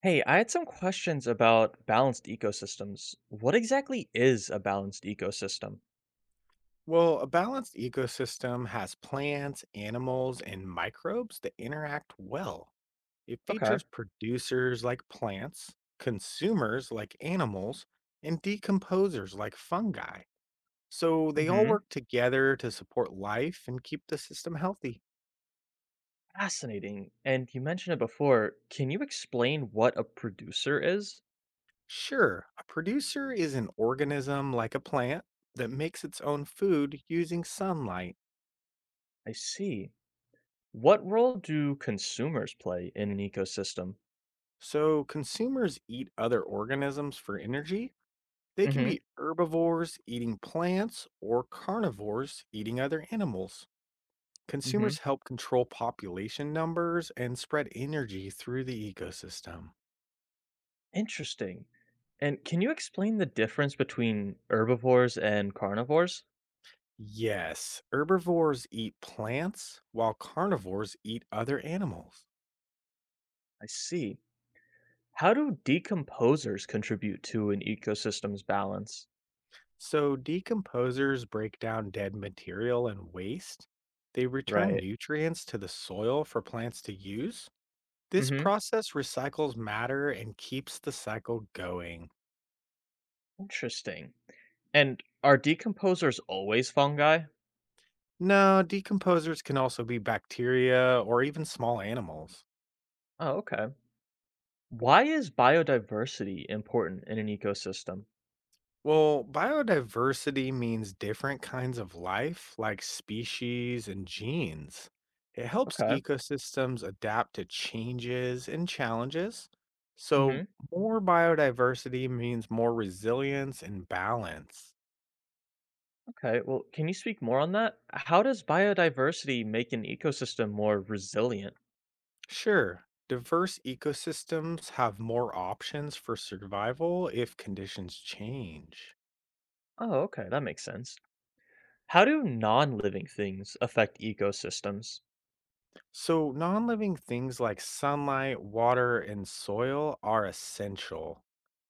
Hey, I had some questions about balanced ecosystems. What exactly is a balanced ecosystem? Well, a balanced ecosystem has plants, animals, and microbes that interact well. It Okay. features producers like plants, consumers like animals, and decomposers like fungi. So they all Hmm. work together to support life and keep the system healthy. Fascinating. And you mentioned it before. Can you explain what a producer is? Sure, a producer is an organism like a plant that makes its own food using sunlight. I see. What role do consumers play in an ecosystem? So consumers eat other organisms for energy. They can Hmm. be herbivores eating plants or carnivores eating other animals. Hmm. Consumers help control population numbers and spread energy through the ecosystem. Interesting. And can you explain the difference between herbivores and carnivores? Yes, herbivores eat plants while carnivores eat other animals. I see. How do decomposers contribute to an ecosystem's balance? So, decomposers break down dead material and waste. They return Right. nutrients to the soil for plants to use. This process recycles matter and keeps the cycle going. Interesting. And are decomposers always fungi? No, decomposers can also be bacteria or even small animals. Oh, okay. Why is biodiversity important in an ecosystem? Well, biodiversity means different kinds of life, like species and genes. It helps Okay. ecosystems adapt to changes and challenges. So, Mhm. more biodiversity means more resilience and balance. Okay. Well, can you speak more on that? How does biodiversity make an ecosystem more resilient? Sure, diverse ecosystems have more options for survival if conditions change. Oh, okay. That makes sense. How do non-living things affect ecosystems? So, non living things like sunlight, water, and soil are essential.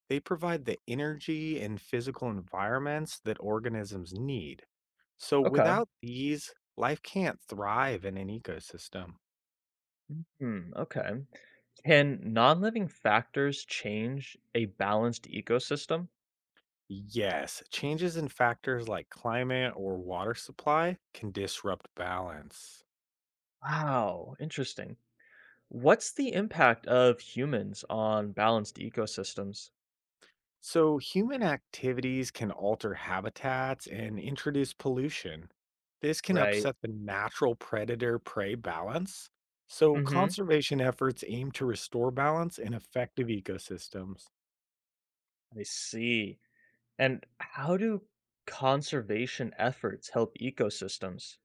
They provide the energy and physical environments that organisms need. So, Okay. without these, life can't thrive in an ecosystem. Hmm, okay. Can non-living factors change a balanced ecosystem? Yes, changes in factors like climate or water supply can disrupt balance. Wow, interesting. What's the impact of humans on balanced ecosystems? So, human activities can alter habitats and introduce pollution. This can Right. upset the natural predator prey balance. So, Hmm. conservation efforts aim to restore balance in effective ecosystems. I see. And how do conservation efforts help ecosystems?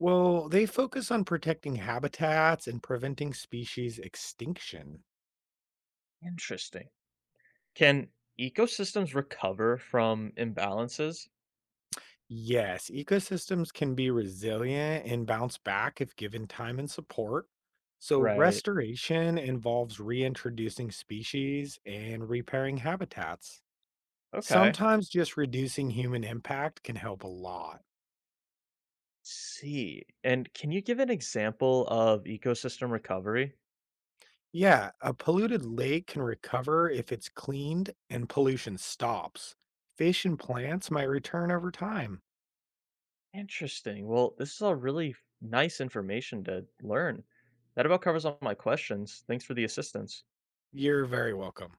Well, they focus on protecting habitats and preventing species extinction. Interesting. Can ecosystems recover from imbalances? Yes, ecosystems can be resilient and bounce back if given time and support. So, Right. restoration involves reintroducing species and repairing habitats. Okay. Sometimes just reducing human impact can help a lot. See. And can you give an example of ecosystem recovery? Yeah, a polluted lake can recover if it's cleaned and pollution stops. Fish and plants might return over time. Interesting. Well, this is all really nice information to learn. That about covers all my questions. Thanks for the assistance. You're very welcome.